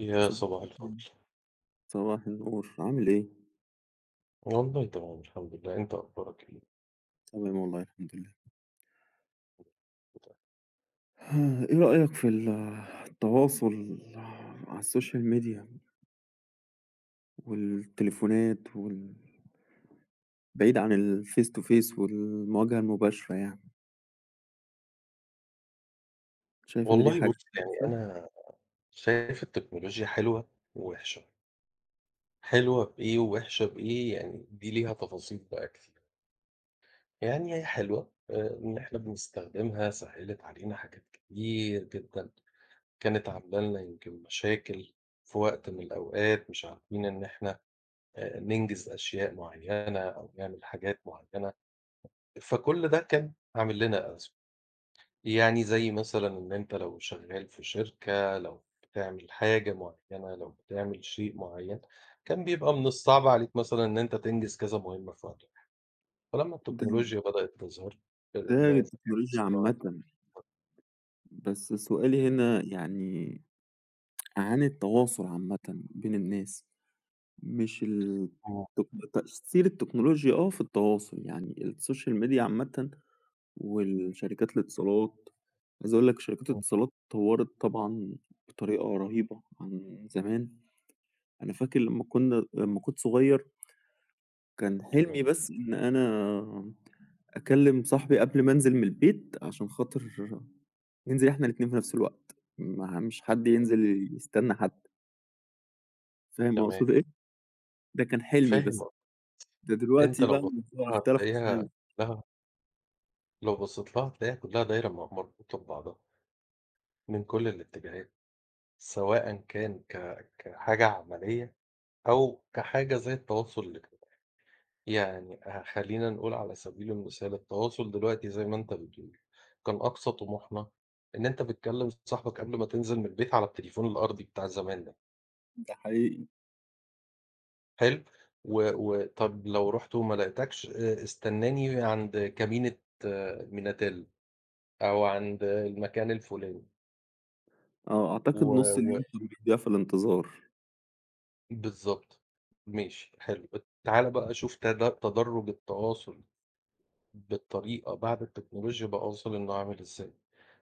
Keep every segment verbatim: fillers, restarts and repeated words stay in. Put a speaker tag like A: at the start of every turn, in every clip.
A: يا
B: صب
A: صباح الفل.
B: صباح النور، عامل إيه؟
A: والله تمام الحمد لله، أنت أخبارك إيه؟
B: تمام والله الحمد لله. إيه رأيك في ال التواصل على السوشيال ميديا والتليفونات وال بعيد عن الface to face والمواجهة المباشرة يعني، شايف إن دي
A: والله
B: حاجة
A: بُص، يعني
B: كويسة؟
A: أنا شايف التكنولوجيا حلوة ووحشة، حلوة بإيه ووحشة بإيه، يعني دي ليها تفاصيل بقى كتير. يعني هي حلوة آآ، إن إحنا بنستخدمها سهّلت علينا حاجات كتير جدًا، كانت عاملة لنا يمكن مشاكل في وقت من الأوقات، مش عارفين إن إحنا آآ، ننجز أشياء معيّنة أو نعمل حاجات معيّنة، فكل ده كان عامل لنا أزمة. يعني زي مثلًا إن أنت لو شغال في شركة، لو بتعمل حاجة معيّنة، لو بتعمل شيء معيّن، كان بيبقى من الصعب عليك مثلًا إن أنت تنجز كذا مهمة في وقت واحد، فلمّا
B: ده
A: التكنولوجيا بدأت تظهر، الذكاء
B: ده للتكنولوجيا
A: الاصطناعي،
B: عامةً، بس سؤالي هنا يعني عن التواصل عامةً بين الناس، مش
A: إمم،
B: التك تأثير التكنولوجيا آه في التواصل، يعني السوشيال ميديا عامةً والشركات الاتصالات، عايز أقول لك شركات
A: إمم،
B: الاتصالات اتطوّرت طبعًا بطريقة رهيبة عن زمان. أنا فاكر لمّا كنا لمّا كنت صغير كان
A: تمام،
B: حلمي بس إن أنا أكلّم صاحبي قبل ما أنزل من البيت عشان خاطر ننزل إحنا الاتنين في نفس الوقت، ما مش حد ينزل يستنى حد، فاهم
A: تمام،
B: أقصد إيه؟ ده كان حلمي
A: فاهم
B: بس،
A: قصدك.
B: ده
A: أنت
B: دلوقتي
A: لو
B: بقى
A: بصيت
B: الموضوع
A: لها
B: اختلف
A: هتلاقيها
B: تمامًا.
A: كلّها لو بصيت لها هتلاقيها كلّها دايرة م مربوطة ببعضها من كل الاتجاهات، سواء كان ك كحاجة عملية أو كحاجة زي التواصل الاجتماعي. يعني ه خلّينا نقول على سبيل المثال التواصل دلوقتي زي ما أنت بتقول، كان أقصى طموحنا إن أنت بتكلّم صاحبك قبل ما تنزل من البيت على التليفون الأرضي بتاع زمان ده،
B: ده حقيقي،
A: حلو؟ و و طَب لو رُحت وما لقيتكش آآ استناني عند كمينة، آه، ميناتيل أو عند المكان الفُلاني.
B: آه،
A: و
B: أعتقد نُص
A: و
B: اليوم كان بيضيع في الانتظار،
A: بالضبط، ماشي حلو، تعالَ بقى شوف تد تدرُّج التواصل بالطريقة بعد التكنولوجيا بقى وصل إنه عامل إزاي.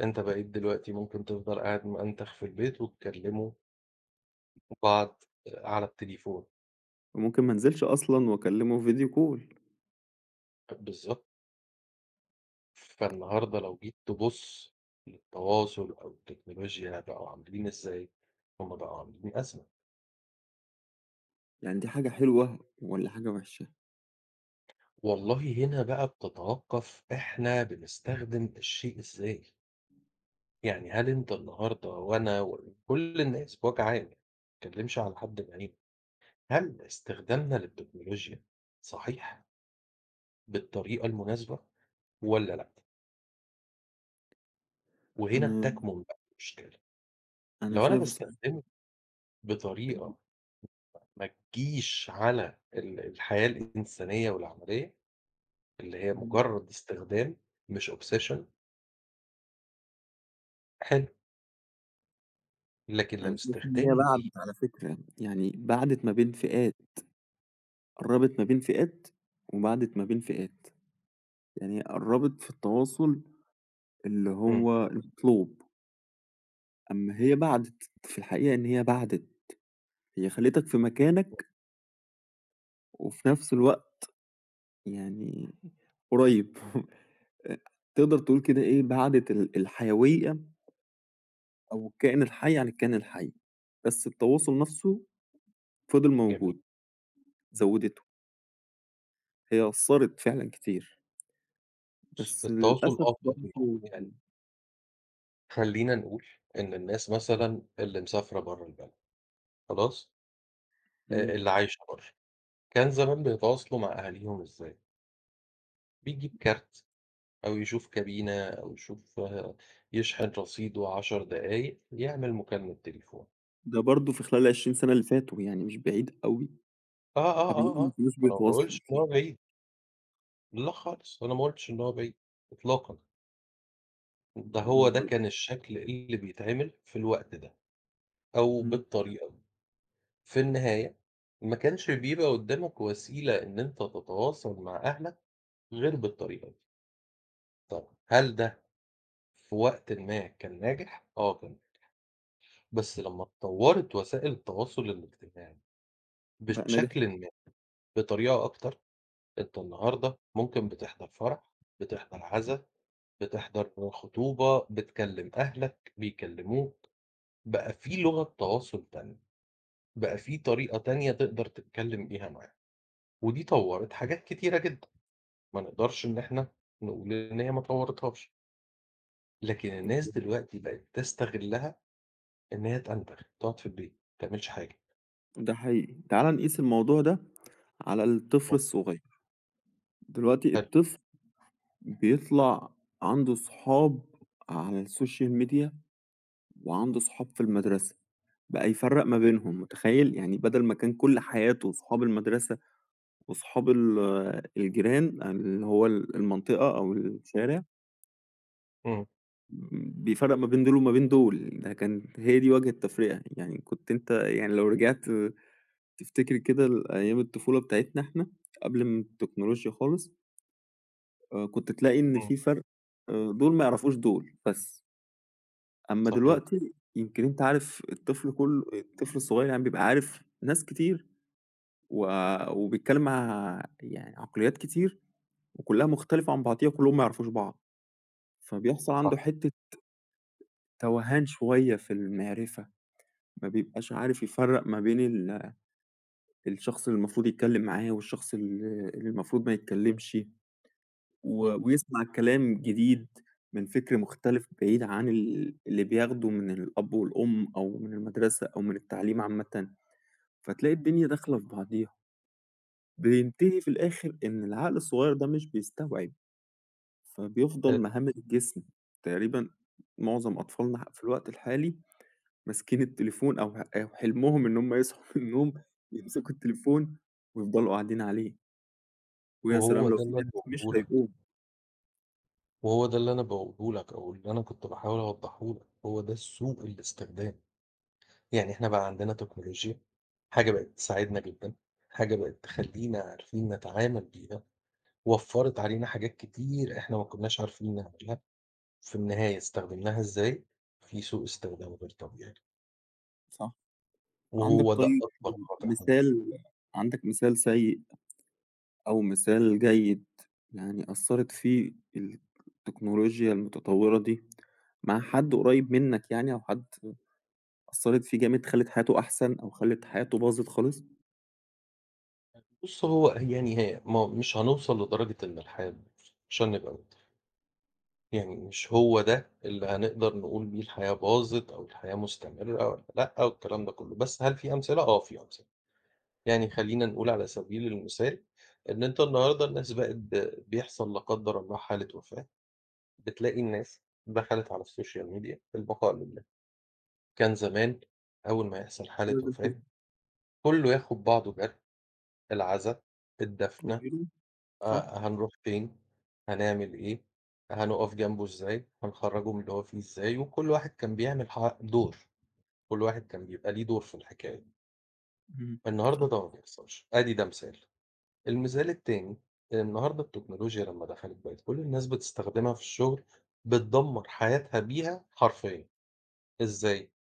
A: أنت بقيت دلوقتي ممكن تفضل قاعد مأنتخ في البيت وتكلموا بعض على التليفون،
B: وممكن ما أنزلش أصلًا وأكلّمه video call.
A: بالضبط. فالنهارده لو جيت تبُص للتواصل أو التكنولوجيا بقوا عاملين إزاي، هم بقوا عاملين أزمة.
B: يعني دي حاجة حلوة والّا حاجة وحشة؟
A: والله هنا بقى بتتوقّف إحنا بنستخدم الشيء إزاي. يعني هل أنت النهارده وأنا وكل الناس بوجه عام يعني، ما باتكلمش على حد بعينه، هل استخدامنا للتكنولوجيا صحيح بالطريقة المناسبة والّا لأ؟ وهنا
B: أنا
A: بتكمن بقى المشكلة.
B: أنا
A: لو أنا
B: شايف بصراحة.
A: باستخدمه بطريقة ما تجيش على ال الحياة الإنسانية والعملية، اللي هي
B: إمم،
A: مجرد استخدام مش obsession حلو، لكن لو
B: أنا شايف إن هي
A: استخدامي ليه،
B: بَعدِت على فكرة، يعني بَعدِت ما بين فئات، قرّبت ما بين فئات وبَعدِت ما بين فئات، يعني هي قرّبت في التواصل اللي
A: إمم،
B: هو المطلوب، أمّا هي بَعدِت، في الحقيقة إن هي بَعدِت، هي خلّتك في مكانك وفي نفس الوقت يعني قريّب أ تقدر تقول كده إيه، بَعدِت ال الحيوية أو الكائن الحي عن الكائن الحي، بس التواصل نفسه فضل
A: جميل،
B: موجود، زوّدته، هي أثّرت فعلًا كتير،
A: بُص
B: بس
A: التواصل
B: للأسف
A: آه برضه موجود،
B: برضه.
A: يعني خلّينا نقول إن الناس مثلًا اللي مسافرة برّه البلد خلاص،
B: إمم،
A: آآ اللي عايشة برّه، كان زمان بيتواصلوا مع أهاليهم إزاي؟ بيجيب كارت أو يشوف كابينة أو يشوف آآ يشحن رصيده 10 دقايق، يعمل مكالمة تليفون.
B: ده برضه في خلال العشرين سنة اللي فاتوا، يعني مش بعيد أوي،
A: آه، آه، آه،
B: قبليهم ما
A: آه،
B: كانوش
A: أنا ما
B: بيتواصلوا
A: باقولش إن هو
B: كتير،
A: بعيد، لأ خالص، أنا ما قُلتش إن هو بعيد إطلاقًا، ده
B: إن
A: هو
B: هو
A: ده
B: ال
A: كان الشكل اللي بيتعمل في الوقت ده أو
B: إمم،
A: بالطريقة دي. في النهاية ما كانش بيبقى قدّامك وسيلة إن أنت تتواصل مع أهلك غير بالطريقة دي. طب هل ده في وقتٍ ما كان ناجح؟ آه كان، بس لمّا اتطوّرت وسائل التواصل الاجتماعي
B: بقى ناجح
A: بشكلٍ ما، بطريقة أكتر، أنت النهارده ممكن بتحضر فرح، بتحضر عزا، بتحضر خطوبة، بتكلّم أهلك، بيكلّموك، بقى في لغة تواصل تانية، بقى في طريقة تانية تقدر تتكلّم بيها معاهم، ودي طوّرت حاجات كتيرة جدًا، ما نقدرش إن إحنا نقول إن هي ما طوّرتهاش، لكن الناس
B: أوي.
A: دلوقتي بقت تستغلّها إن هي تأنتخ، تقعد في البيت، ما تعملش حاجة،
B: ده حقيقي. تعالَ نقيس الموضوع ده على الطفل
A: آه،
B: الصغير، دلوقتي
A: حلو،
B: الطفل بيطلع عنده صحاب على الSocial Media وعنده صحاب في المدرسة، بقى يفرّق ما بينهم، متخيّل؟ يعني بدل ما كان كل حياته صحاب المدرسة وصحاب ال الجيران اللي هو ال المنطقة أو الشارع
A: إمم،
B: بيفرّق ما بين دول وما بين دول، ده كان هي دي وجه التفرقة، يعني كنت أنت يعني لو رجعت تفتكر كده لأيام الطفولة بتاعتنا إحنا قبل ما التكنولوجيا خالص، آآ كنت تلاقي إن
A: إمم،
B: في فرق، آآ دول ما يعرفوش دول بس، أمّا
A: صحيح،
B: دلوقتي يمكن أنت عارف الطفل كُلّه الطفل الصغير يعني بيبقى عارف ناس كتير و وبيتكلّم مع يعني عقليات كتير وكُلّها مختلفة عن بعضيها وكُلّهم ما يعرفوش بعض. فبيحصل
A: صح،
B: عنده حتّة توهان شوية في المعرفة، ما بيبقاش عارف يفرّق ما بين ال الشخص اللي المفروض يتكلّم معاه والشخص ال اللي المفروض ما يتكلّمش، و
A: إمم،
B: ويسمع كلام جديد من فكر مختلف بعيد عن ال اللي بياخده من الأب والأم أو من المدرسة أو من التعليم عامةً، فتلاقي الدنيا داخلة في بعضيها، بينتهي في الآخر إن العقل الصغير ده مش بيستوعب، فبيفضل
A: حلو،
B: مهمِّش الجسم، تقريبًا معظم أطفالنا ح في الوقت الحالي ماسكين التليفون أو ه أو حلمهم إن هُم يصحوا من النوم يمسكوا التليفون ويفضلوا قاعدين عليه، ويا
A: وهو
B: سلام لو
A: ده
B: في نت
A: اللي أنا
B: مش
A: باقوله لك.
B: هيقوم،
A: وهو ده اللي انا بقوله لك او اللي انا كنت بحاول اوضحه لك، هو ده سوء الاستخدام. يعني احنا بقى عندنا تكنولوجيا، حاجه بقت تساعدنا جدا، حاجه بقت تخلينا عارفين نتعامل بيها، وفرت علينا حاجات كتير احنا ما كناش عارفين نعملها، في النهايه استخدمناها ازاي؟ في سوء استخدام غير طبيعي،
B: صح. عندك
A: وهو ده
B: طيب
A: اكبر خطر عندنا.
B: مثال، عندك مثال سيء أو مثال جيد يعني أثّرت فيه التكنولوجيا المتطوّرة دي مع حد قريب منّك يعني أو حد أثّرت فيه جامد خلِّت حياته أحسن أو خلِّت حياته باظت خالص؟
A: بص هو يعني هي ما مش هنوصل لدرجه ان الحياه تبوظ، عشان نبقى يعني مش هو ده اللي هنقدر نقول بيه الحياة باظت أو الحياة مستمرة والّا لأ والكلام ده كله، بس هل في أمثلة؟ آه في أمثلة، يعني خلّينا نقول على سبيل المثال إن أنت النهارده الناس بقت ب بيحصل لا قدّر الله حالة وفاة، بتلاقي الناس دخلت على السوشيال ميديا البقاء لله، كان زمان أول ما يحصل حالة
B: لازم
A: وفاة كلّه ياخد بعضه جري، العزا،
B: تقول
A: الدفنة،
B: له. صح،
A: آه، هنروح فين، هنعمل إيه، هنقف جنبه إزاي، هنخرّجه من اللي هو فيه إزاي، وكل واحد كان بيعمل ح دور، كل واحد كان بيبقى ليه دور في الحكاية.
B: إمم،
A: النهارده
B: صح،
A: ده ما بيحصلش، أدي ده مثال. المثال التاني، النهارده التكنولوجيا لمّا دخلت بقت كل الناس بتستخدمها في الشغل، بتدمّر حياتها بيها حرفيًا، إزاي؟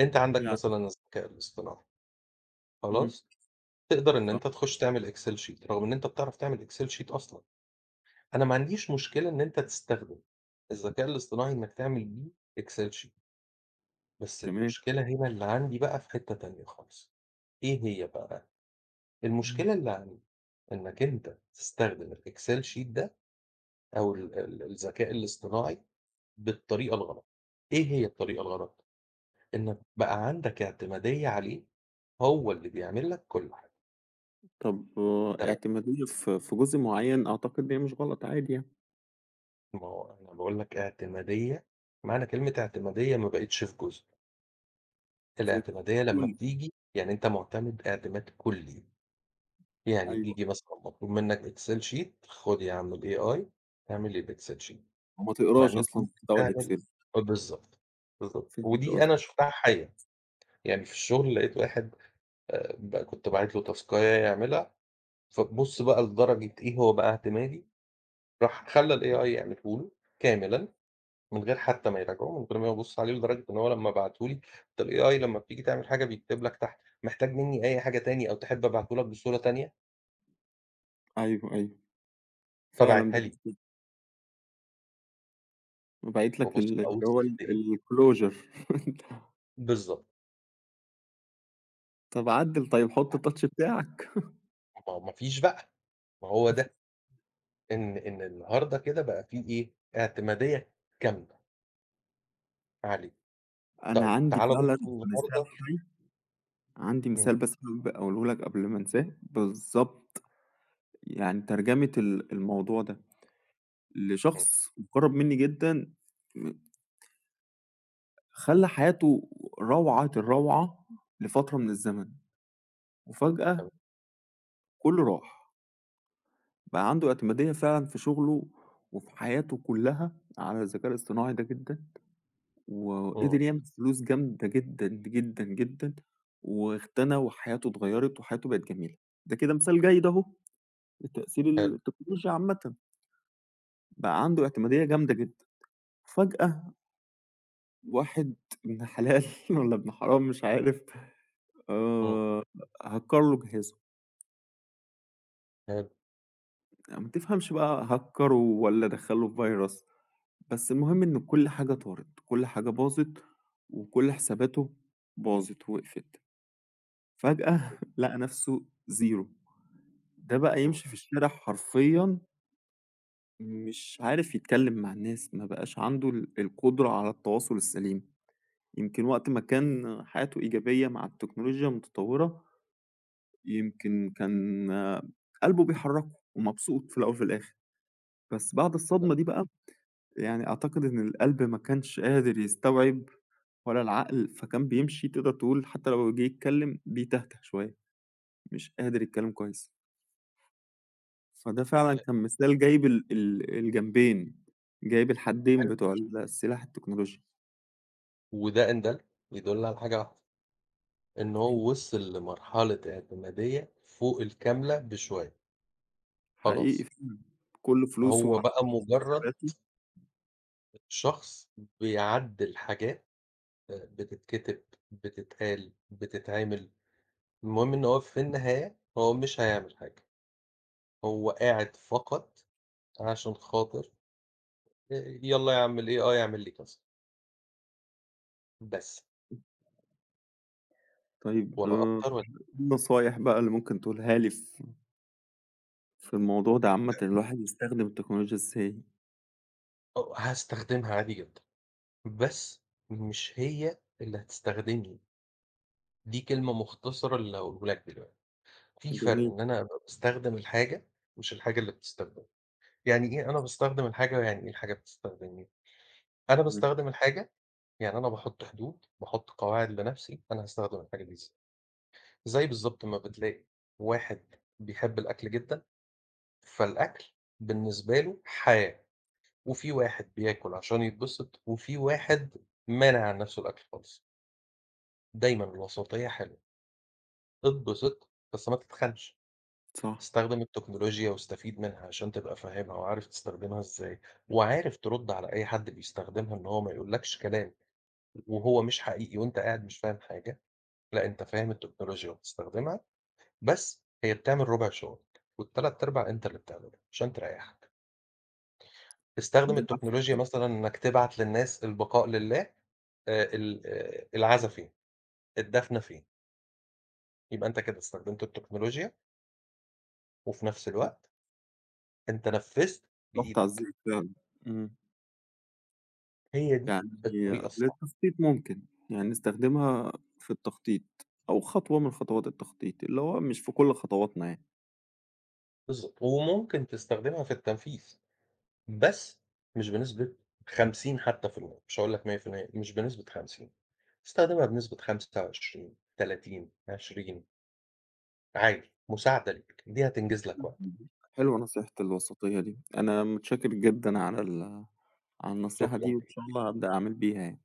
A: أنت عندك
B: يعني
A: مثلًا الذكاء الاصطناعي،
B: إمم،
A: خلاص؟ تقدر إن
B: صح،
A: أنت تخش تعمل Excel sheet رغم إن أنت بتعرف تعمل Excel sheet أصلًا. أنا ما عنديش مشكلة إن أنت تستخدم الذكاء الاصطناعي إنك تعمل بيه Excel sheet، بس
B: تمام.
A: المشكلة هنا اللي عندي بقى في حتّة تانية خالص، إيه هي بقى؟
B: إمم.
A: المشكلة اللي عندي إنك أنت تستخدم الExcel sheet ده أو ال ال الذكاء الاصطناعي بالطريقة الغلط، إيه هي الطريقة الغلط؟ إنك بقى عندك اعتمادية عليه، هو اللي بيعمل لك كل حاجة،
B: طب آه،
A: تمام،
B: اعتمادية في في جزء معيّن أعتقد إن هي مش غلط عادي يعني،
A: ما هو أنا باقول لك اعتمادية، معنى كلمة اعتمادية ما بقتش في جزء.
B: في
A: الاعتمادية لمّا
B: كلّه.
A: بتيجي يعني أنت مُعتمد اعتماد كلّي، يعني
B: أيوه،
A: بييجي مثلًا مطلوب منّك Excel sheet خُد يا عم الAI اعمل لي الExcel sheet،
B: وما
A: مع إن
B: تقراش
A: أنت
B: أصلًا
A: ممكن
B: محتوى
A: تعمل،
B: الExcel.
A: آه بالضبط، بالضبط،
B: فهمت
A: ودي أنا
B: قصدك،
A: شُفتها حيّة، يعني في الشغل لقيت واحد آآ ب كنت باعت له تاسكاية يعملها، فبُص بقى لدرجة إيه هو بقى اعتمادي، راح خلّى الAI يعمله له كاملًا من غير حتى ما يراجعوه، من غير ما يبُص عليه، لدرجة إن هو لمّا بعته لي أنت الAI لمّا بتيجي تعمل حاجة بيكتب لك تحت محتاج منّي أي حاجة تاني أو تحب أبعته لك بصورة تانية،
B: أيوه، أيوه، فعلًا.
A: فباعتها لي،
B: باعت لك
A: فبُص
B: ال
A: بقى
B: اللي هو
A: وصلت
B: ال
A: لإيه،
B: الclosure
A: بالضبط،
B: طب عدّل طيب حُط الtouch بتاعك،
A: ما هو ما فيش بقى، ما هو ده إن إن النهارده كده بقى في إيه، اعتمادية كاملة عليه.
B: أنا
A: طيب
B: عندي
A: تعالَ
B: فعلًا
A: بُص
B: مثال
A: النهارده،
B: حي، عندي
A: إمم،
B: مثال بس حابب أقوله لك قبل ما أنساه، بالضبط. يعني ترجمة ال الموضوع ده
A: إمم،
B: لشخص مُقرّب منّي جدًا، م خلّى حياته روعة الروعة لفترة من الزمن، وفجأة
A: تمام،
B: كُلّه راح، بقى عنده اعتمادية فعلًا في شغله وفي حياته كُلّها على الذكاء الاصطناعي ده جدًا،
A: إمم،
B: وقدر يعمل فلوس جامدة جدًا، جدًا، جدًا، واغتنى وحياته اتغيّرت وحياته بقت جميلة، ده كده مثال جيد أهو لتأثير
A: حلو،
B: التكنولوجيا عامةً، بقى عنده اعتمادية جامدة جدًا، فجأة واحد ابن حلال والّا ابن حرام مش عارف
A: إمم،
B: آآ هكّر له جهازه.
A: حلو،
B: ما تفهمش بقى هكّره والّا دخّله في فيروس، بس المهم إن كل حاجة طارت، كل حاجة باظت، وكل حساباته باظت وقفت، فجأة لقى نفسه zero. ده بقى
A: إمم،
B: يمشي في الشارع حرفيًا مش عارف يتكلم مع الناس، ما بقاش عنده ال القدرة على التواصل السليم، يمكن وقت ما كان حياته إيجابية مع التكنولوجيا المتطورة، يمكن كان آه، قلبه بيحركه ومبسوط في الأول وفي الآخر، بس بعد الصدمة دي بقى يعني أعتقد إن القلب ما كانش قادر يستوعب ولا العقل، فكان بيمشي تقدر تقول حتى لو جه يتكلّم بيتهته شوية، مش قادر يتكلّم كويس. فده فعلًا كان مثال جايب ال ال الجنبين، جايب الحدّين بتوع ال السلاح التكنولوجي.
A: وده إن دل يدل على حاجة واحدة إن
B: إمم.
A: هو وصل لمرحلة اعتمادية فوق الكاملة بشوية،
B: حقيقي
A: خلاص،
B: فعلًا، كل فلوسه
A: هو
B: على
A: بقى مجرد
B: حساباته.
A: شخص بيعدّل حاجات آآ بتتكتب، بتتقال، بتتعمل، المهم إن هو في النهاية هو مش هيعمل حاجة، هو قاعد فقط عشان خاطر آآ يالّا يا عم الAI اعمل لي كذا، بس،
B: طيب آآ،
A: ولا أكتر ولا،
B: إيه النصايح بقى اللي ممكن تقولها لي في في الموضوع ده عامةً الواحد يستخدم التكنولوجيا إزاي؟
A: آه، هاستخدمها عادي جدًا، بس مش هي اللي هتستخدمني، دي كلمة مختصرة اللي هاقوله لك دلوقتي. في فرق
B: جميل،
A: إن أنا أبقى باستخدم الحاجة، مش الحاجة اللي بتستخدمني. يعني إيه أنا باستخدم الحاجة ويعني إيه الحاجة بتستخدمني؟ أنا
B: إمم،
A: باستخدم الحاجة، يعني أنا باحط حدود، باحط قواعد لنفسي أنا هاستخدم الحاجة دي إزاي. زي بالضبط ما بتلاقي واحد بيحب الأكل جدًا، فالأكل بالنسبة له حياة، وفي واحد بياكل عشان يتبسط، وفي واحد مانع عن نفسه الأكل خالص. دايمًا الوسطية حلوة، اتبسط بس ما تتخنش.
B: صح.
A: استخدم التكنولوجيا واستفيد منها عشان تبقى فاهمها وعارف تستخدمها إزاي، وعارف ترد على أي حد بيستخدمها إن هو ما يقولكش كلام وهو مش حقيقي وأنت قاعد مش فاهم حاجة، لأ أنت فاهم التكنولوجيا وبتستخدمها، بس هي بتعمل ربع شغلك والتلات أرباع أنت اللي بتعمله عشان تريحك. استخدم
B: ده أحسن.
A: التكنولوجيا مثلًا إنك تبعت للناس البقاء لله، آآ ال آآ العزا فين، الدفنة فين، يبقى أنت كده استخدمت التكنولوجيا وفي نفس الوقت أنت نفذت
B: رُحت على
A: بإيدك،
B: الزيت فعلًا، إمم.
A: هي دي
B: يعني
A: الطريقة الصح.
B: للتخطيط ممكن، يعني نستخدمها في التخطيط أو خطوة من خطوات التخطيط، اللي هو مش في كل خطواتنا يعني.
A: بالضبط، وممكن تستخدمها في التنفيذ، بس مش بنسبة خمسين حتى في المِيّة، مش هاقول لك مية في المية مش بنسبة خمسين، استخدمها بنسبة خمسة وعشرين، تلاتين، عشرين عادي، مساعدة ليك، دي هتنجز لك وقت،
B: اهم. حلوة نصيحة الوسطية دي، أنا متشكر جدًا على ال على النصيحة دي،
A: شكرًا.
B: وإن شاء الله هابدأ أعمل بيها يعني.